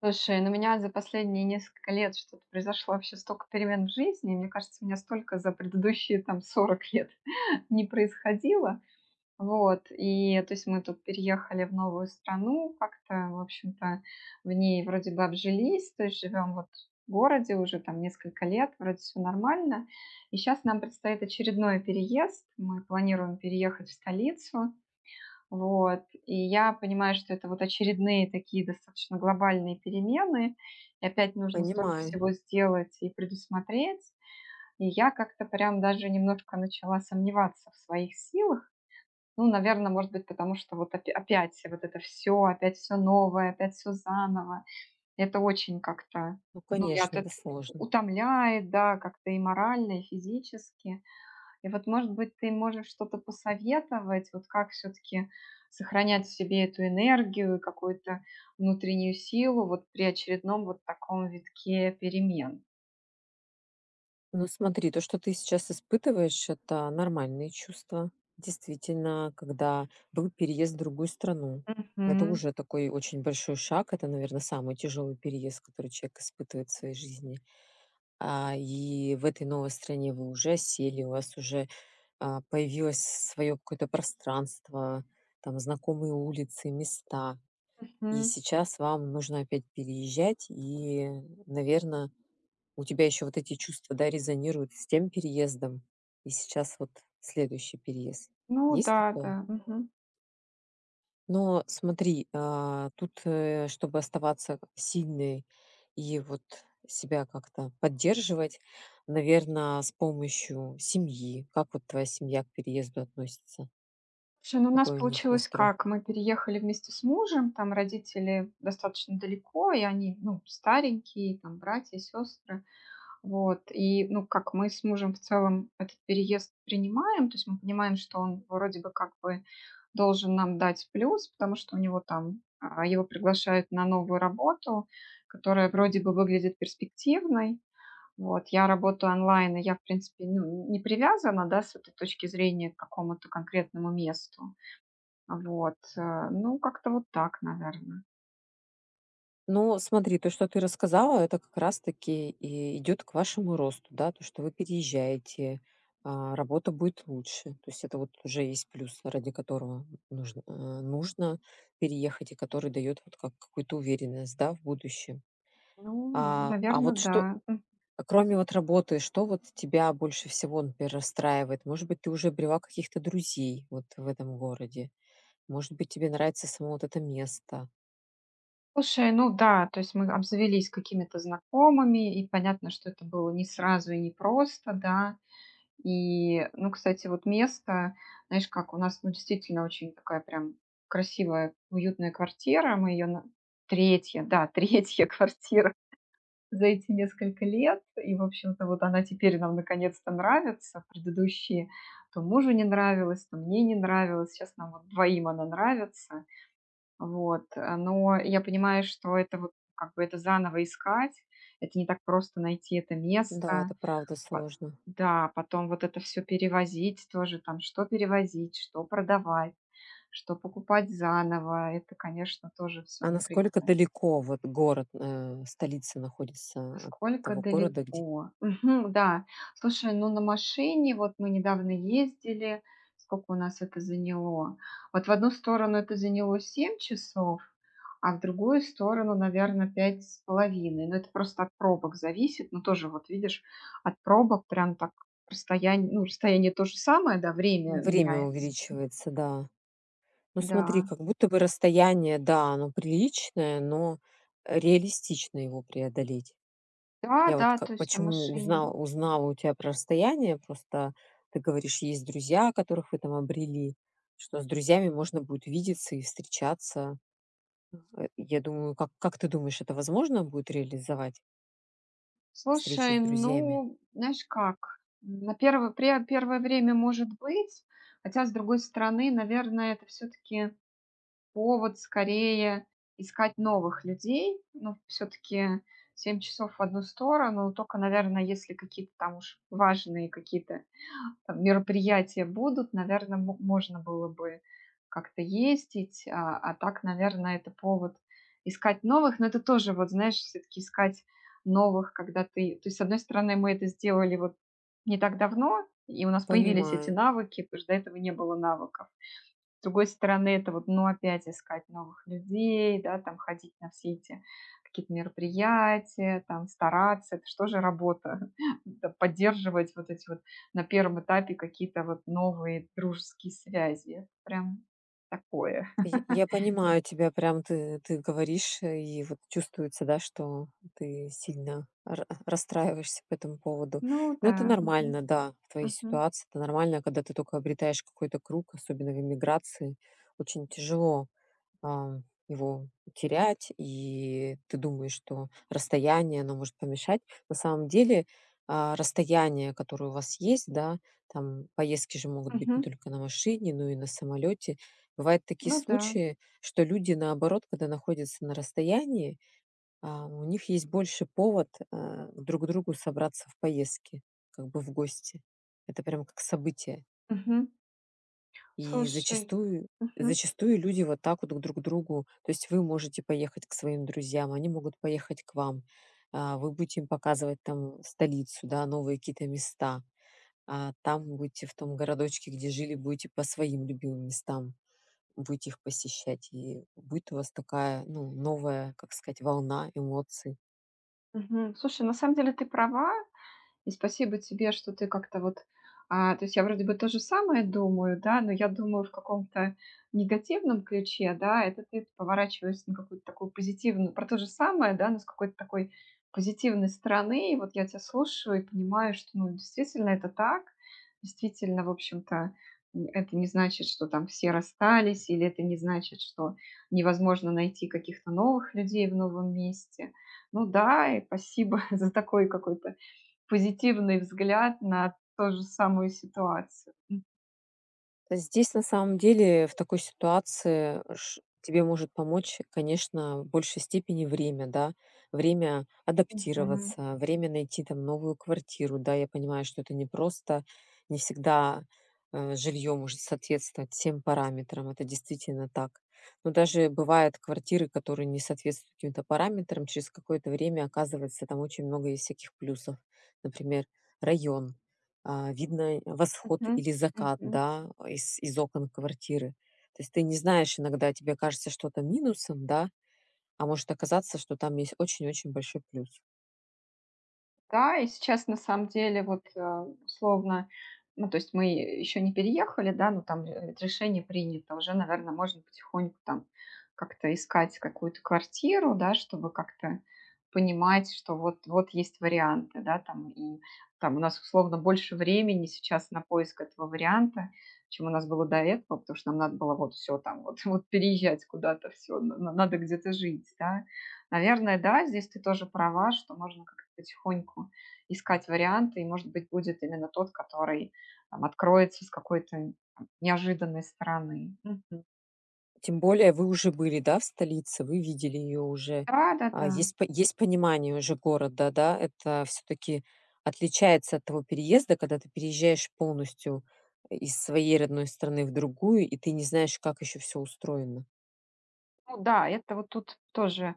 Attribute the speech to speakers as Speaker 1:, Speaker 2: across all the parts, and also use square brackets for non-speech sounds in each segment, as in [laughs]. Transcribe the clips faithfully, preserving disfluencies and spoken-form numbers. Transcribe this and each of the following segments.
Speaker 1: Слушай, ну, у меня за последние несколько лет что-то произошло вообще столько перемен в жизни. И мне кажется, у меня столько за предыдущие там сорок лет [laughs] не происходило. Вот, и то есть мы тут переехали в новую страну, как-то, в общем-то, в ней вроде бы обжились, то есть живем вот в городе уже там несколько лет, вроде все нормально. И сейчас нам предстоит очередной переезд. Мы планируем переехать в столицу. Вот. И я понимаю, что это вот очередные такие достаточно глобальные перемены, и опять нужно столько
Speaker 2: Понимаю.
Speaker 1: всего сделать и предусмотреть. И я как-то прям даже немножко начала сомневаться в своих силах. Ну, наверное, может быть, потому что вот опя- опять вот это все, опять все новое, опять все заново. Это очень как-то,
Speaker 2: Ну,
Speaker 1: ну, я
Speaker 2: конечно, это
Speaker 1: тут
Speaker 2: сложно.
Speaker 1: утомляет, да, как-то и морально, и физически. И вот, может быть, ты можешь что-то посоветовать, вот как все-таки сохранять в себе эту энергию и какую-то внутреннюю силу вот при очередном вот таком витке перемен.
Speaker 2: Но смотри, то, что ты сейчас испытываешь, это нормальные чувства. Действительно, когда был переезд в другую страну, это
Speaker 1: Мгм.
Speaker 2: уже такой очень большой шаг. Это, наверное, самый тяжелый переезд, который человек испытывает в своей жизни. А, и в этой новой стране вы уже сели, у вас уже а, появилось свое какое-то пространство, там знакомые улицы, места. И
Speaker 1: Мгм.
Speaker 2: сейчас вам нужно опять переезжать и, наверное, у тебя еще вот эти чувства, да, резонируют с тем переездом, и сейчас вот следующий переезд.
Speaker 1: Ну
Speaker 2: Есть
Speaker 1: да,
Speaker 2: такое?
Speaker 1: да. Мгм.
Speaker 2: Но смотри, а, тут, э, чтобы оставаться сильной и вот себя как-то поддерживать, наверное, с помощью семьи. Как вот твоя семья к переезду относится?
Speaker 1: Слушай, ну у нас
Speaker 2: Какой у них
Speaker 1: получилось
Speaker 2: настрой?
Speaker 1: как? Мы переехали вместе с мужем, там родители достаточно далеко, и они, ну, старенькие, там братья, сестры. Вот, и, ну, как мы с мужем в целом этот переезд принимаем, то есть мы понимаем, что он вроде бы как бы должен нам дать плюс, потому что у него там а, его приглашают на новую работу, которая вроде бы выглядит перспективной. Вот, я работаю онлайн, и я, в принципе, ну, не привязана, да, с этой точки зрения к какому-то конкретному месту. Вот, э, ну, как-то вот так, наверное.
Speaker 2: Ну, смотри, то, что ты рассказала, это как раз-таки и идет к вашему росту, да, то, что вы переезжаете, а, работа будет лучше. То есть это вот уже есть плюс, ради которого нужно, э, нужно переехать, и который дает вот как какую-то уверенность, да, в будущем.
Speaker 1: Ну,
Speaker 2: А, а
Speaker 1: наверное,
Speaker 2: вот что,
Speaker 1: да.
Speaker 2: кроме вот работы, что вот тебя больше всего, например, расстраивает? Может быть, ты уже обрела каких-то друзей вот в этом городе? Может быть, тебе нравится само вот это место?
Speaker 1: Слушай, ну да, то есть мы обзавелись какими-то знакомыми, и понятно, что это было не сразу и не просто, да. И, ну, кстати, вот место, знаешь, как у нас, ну, действительно очень такая прям красивая, уютная квартира. Мы ее третья, да, [laughs] третья квартира за эти несколько лет. И, в общем-то, вот она теперь нам наконец-то нравится. Предыдущие то мужу не нравилась, то мне не нравилась. Сейчас нам вот двоим она нравится. Вот, э, но я понимаю, что это вот как бы это заново искать, это не так просто найти это
Speaker 2: Да,
Speaker 1: место.
Speaker 2: это правда
Speaker 1: По-
Speaker 2: сложно.
Speaker 1: Да, потом вот это все перевозить тоже, там, что перевозить, что продавать, что покупать заново, это, конечно, тоже все
Speaker 2: А насколько
Speaker 1: напрягает.
Speaker 2: далеко вот город, э, столица находится от
Speaker 1: Насколько
Speaker 2: того города, где
Speaker 1: далеко? Мгм, да. Слушай, ну на машине вот мы недавно ездили. Сколько у нас это заняло? Вот в одну сторону это заняло семь часов, а в другую сторону, наверное, пять с половиной. Но это просто от пробок зависит. Но тоже вот видишь, от пробок прям так расстояние, ну расстояние то же самое, да, время
Speaker 2: время
Speaker 1: меняется.
Speaker 2: увеличивается, да. Ну, смотри,
Speaker 1: Да,
Speaker 2: как будто бы расстояние, да, оно приличное, но реалистично его преодолеть.
Speaker 1: да,
Speaker 2: Я вот
Speaker 1: да,
Speaker 2: как
Speaker 1: то есть на
Speaker 2: почему
Speaker 1: машине.
Speaker 2: узнала узнала у тебя про расстояние, просто ты говоришь, есть друзья, которых вы там обрели, что с друзьями можно будет видеться и встречаться. Э, я думаю, как как ты думаешь, это возможно будет реализовать встречи с
Speaker 1: Слушай,
Speaker 2: друзьями?
Speaker 1: ну, знаешь как, на первое, пре- первое время может быть, хотя, с другой стороны, наверное, это все-таки повод скорее искать новых людей, ну, все-таки семь часов в одну сторону, только, наверное, если какие-то там уж важные какие-то там мероприятия будут, наверное, можно было бы как-то ездить, а, а так, наверное, это повод искать новых, но это тоже, вот знаешь, все-таки искать новых, когда ты... То есть, с одной стороны, мы это сделали вот не так давно, и у нас появились эти
Speaker 2: Понимаю.
Speaker 1: навыки, потому что до этого не было навыков. С другой стороны, это вот, ну, опять искать новых людей, да, там ходить на все эти какие-то мероприятия, там стараться. Это что же работа? [laughs] Да, поддерживать вот эти вот на первом этапе какие-то вот новые дружеские связи. Это прям такое.
Speaker 2: Я
Speaker 1: [laughs]
Speaker 2: я понимаю тебя, прям ты ты говоришь, э, и вот чувствуется, да, что ты сильно ра расстраиваешься по этому поводу.
Speaker 1: Ну
Speaker 2: Но
Speaker 1: да.
Speaker 2: это
Speaker 1: Мгм.
Speaker 2: нормально, да, в твоей
Speaker 1: Мгм.
Speaker 2: ситуации. Это нормально, когда ты только обретаешь какой-то круг, особенно в эмиграции, очень тяжело а, его терять, и ты думаешь, что расстояние, оно может помешать. На самом деле, а, расстояние, которое у вас есть, да, там поездки же могут быть не
Speaker 1: Мгм.
Speaker 2: только на машине, но и на самолете. Бывают такие
Speaker 1: Ну да.
Speaker 2: случаи, что люди, наоборот, когда находятся на расстоянии, а, у них есть больше повод а, друг к другу собраться в поездке, как бы в гости. Это прям как событие.
Speaker 1: Мгм.
Speaker 2: И
Speaker 1: Слушай.
Speaker 2: зачастую
Speaker 1: Мгм.
Speaker 2: зачастую люди вот так вот друг к другу то есть вы можете поехать к своим друзьям, они могут поехать к вам. А, вы будете им показывать там столицу, да, новые какие-то места. А там будете в том городочке, где жили, будете по своим любимым местам, будете их посещать. И будет у вас такая, ну, новая, как сказать, волна эмоций.
Speaker 1: Мгм. Слушай, на самом деле ты права. И спасибо тебе, что ты как-то вот, а, то есть я вроде бы то же самое думаю, да, но я думаю в каком-то негативном ключе, да, это ты поворачиваешься на какую-то такую позитивную, про то же самое, да, но с какой-то такой позитивной стороны. И вот я тебя слушаю и понимаю, что, ну, действительно это так, действительно, в общем-то, м, это не значит, что там все расстались, или это не значит, что невозможно найти каких-то новых людей в новом месте. Ну да, и спасибо [laughs] за такой какой-то позитивный взгляд на ту же самую ситуацию.
Speaker 2: Здесь, на самом деле, в такой ситуации ш тебе может помочь, конечно, в большей степени время, да. Время
Speaker 1: Мгм.
Speaker 2: адаптироваться, время найти там новую квартиру. Да, я понимаю, что это непросто, не всегда, э, жилье может соответствовать всем параметрам. Это действительно так. Но даже бывают квартиры, которые не соответствуют каким-то параметрам, через какое-то время оказывается там очень много есть всяких плюсов. Например, район, а, видно восход
Speaker 1: Мгм.
Speaker 2: или закат,
Speaker 1: Мгм.
Speaker 2: да, из, из окон квартиры. То есть ты не знаешь иногда, тебе кажется что-то минусом, да, а может оказаться, что там есть очень-очень большой плюс.
Speaker 1: Да, и сейчас на самом деле вот, э, условно, ну, то есть мы еще не переехали, да, но там, э, решение принято. Уже, наверное, можно потихоньку там как-то искать какую-то квартиру, да, чтобы как-то понимать, что вот вот есть варианты, да, там. И там у нас условно больше времени сейчас на поиск этого варианта, чем у нас было до этого, потому что нам надо было вот все там вот [laughs] вот переезжать куда-то, все, надо где-то жить, да. Наверное, да, здесь ты тоже права, что можно как-то потихоньку искать варианты, и, может быть, будет именно тот, который там откроется с какой-то там неожиданной стороны. Мгм.
Speaker 2: Тем более вы уже были, да, в столице, вы видели ее уже,
Speaker 1: Да,
Speaker 2: а,
Speaker 1: да-да.
Speaker 2: есть, по- есть понимание уже города, да, это все-таки отличается от того переезда, когда ты переезжаешь полностью из своей родной страны в другую, и ты не знаешь, как еще все устроено.
Speaker 1: Ну да, это вот тут тоже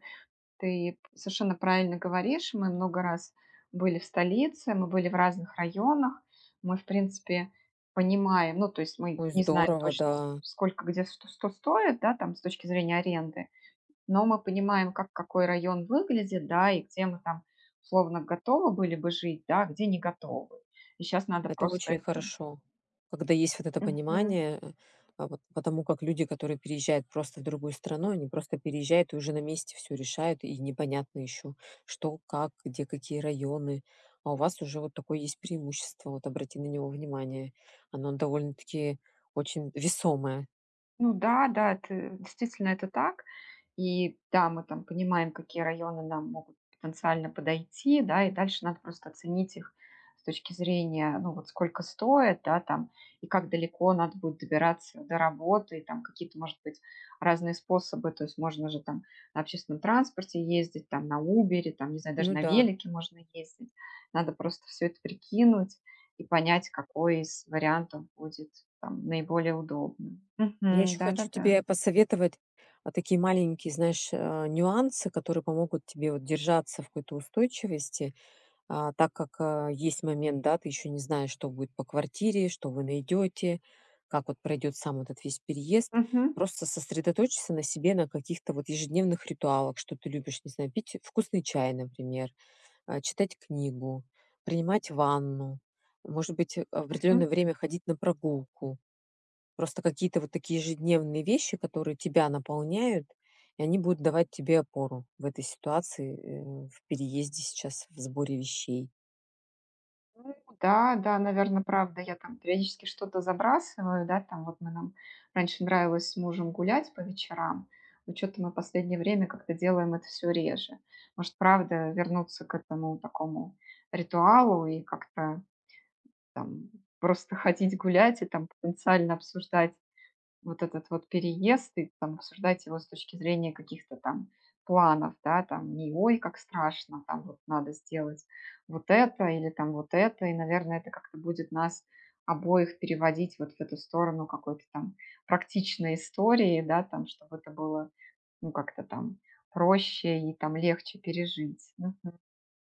Speaker 1: ты совершенно правильно говоришь. Мы много раз были в столице, мы были в разных районах. Мы, в принципе, понимаем, ну, то есть мы
Speaker 2: Ой,
Speaker 1: не знаем
Speaker 2: здорово,
Speaker 1: точно, с-
Speaker 2: да.
Speaker 1: сколько где что, что, стоит, да, там с точки зрения аренды. Но мы понимаем, как какой район выглядит, да, и где мы там условно готовы были бы жить, да, а где не готовы. И сейчас надо
Speaker 2: Это
Speaker 1: просто
Speaker 2: очень
Speaker 1: это.
Speaker 2: хорошо, когда есть вот это
Speaker 1: Мгм.
Speaker 2: понимание, э, а, вот потому как люди, которые переезжают просто в другую страну, они просто переезжают и уже на месте все решают, и непонятно еще, что, как, где какие районы. А у вас уже вот такое есть преимущество, вот обрати на него внимание. Оно довольно-таки очень весомое.
Speaker 1: Ну да, да, это действительно это так. И да, мы там понимаем, какие районы нам могут потенциально подойти, да, и дальше надо просто оценить их с точки зрения, ну вот сколько стоит, да, там, и как далеко надо будет добираться до работы, и там какие-то, может быть, разные способы, то есть можно же там на общественном транспорте ездить, там на убер, там, не знаю, даже
Speaker 2: Ну
Speaker 1: на
Speaker 2: да.
Speaker 1: велике можно ездить, надо просто все это прикинуть, и понять, какой из вариантов будет там наиболее удобным.
Speaker 2: Я
Speaker 1: Мгм.
Speaker 2: еще хочу
Speaker 1: Да-да-да.
Speaker 2: тебе посоветовать, а, такие маленькие, знаешь, а, нюансы, которые помогут тебе вот держаться в какой-то устойчивости. А, так как, а, есть момент, да, ты еще не знаешь, что будет по квартире, что вы найдете, как вот пройдет сам этот весь переезд.
Speaker 1: Мгм.
Speaker 2: Просто сосредоточься на себе, на каких-то вот ежедневных ритуалах, что ты любишь, не знаю, пить вкусный чай, например, а, читать книгу, принимать ванну, может быть, э, в
Speaker 1: Мгм.
Speaker 2: определенное время ходить на прогулку. Просто какие-то вот такие ежедневные вещи, которые тебя наполняют, и они будут давать тебе опору в этой ситуации, э, в переезде сейчас, в сборе вещей.
Speaker 1: Ну да, да, наверное правда. Я там периодически что-то забрасываю, да, там вот мы нам раньше нравилось с мужем гулять по вечерам, но чё-то мы в последнее время как-то делаем это все реже. Может, правда вернуться к этому такому ритуалу и как-то там просто ходить гулять и там потенциально обсуждать вот этот вот переезд и там обсуждать его с точки зрения каких-то там планов, да, там не ой, как страшно, там вот надо сделать вот это или там вот это, и, наверное, это как-то будет нас обоих переводить вот в эту сторону какой-то там практичной истории, да, там, чтобы это было, ну, как-то там проще и там легче пережить. Мгм.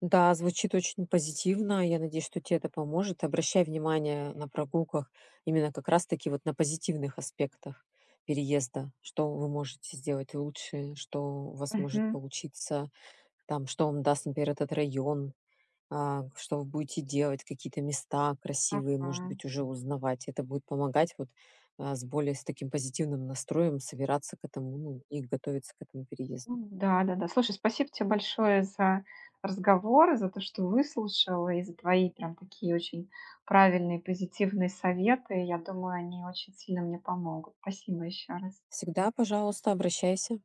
Speaker 2: Да, звучит очень позитивно. Я надеюсь, что тебе это поможет. Обращай внимание на прогулках именно как раз-таки вот на позитивных аспектах переезда, что вы можете сделать лучше, что у вас может
Speaker 1: Мгм.
Speaker 2: получиться, там, что вам даст, например, этот район, а, что вы будете делать, какие-то места красивые,
Speaker 1: Ага.
Speaker 2: может быть, уже узнавать. Это будет помогать вот а, с более с таким позитивным настроем собираться к этому, ну, и готовиться к этому переезду.
Speaker 1: М, да-да-да. Слушай, спасибо тебе большое за разговор, за то, что выслушала, и за твои прям такие очень правильные, позитивные советы. Я думаю, они очень сильно мне помогут. Спасибо еще раз.
Speaker 2: Всегда, пожалуйста, обращайся.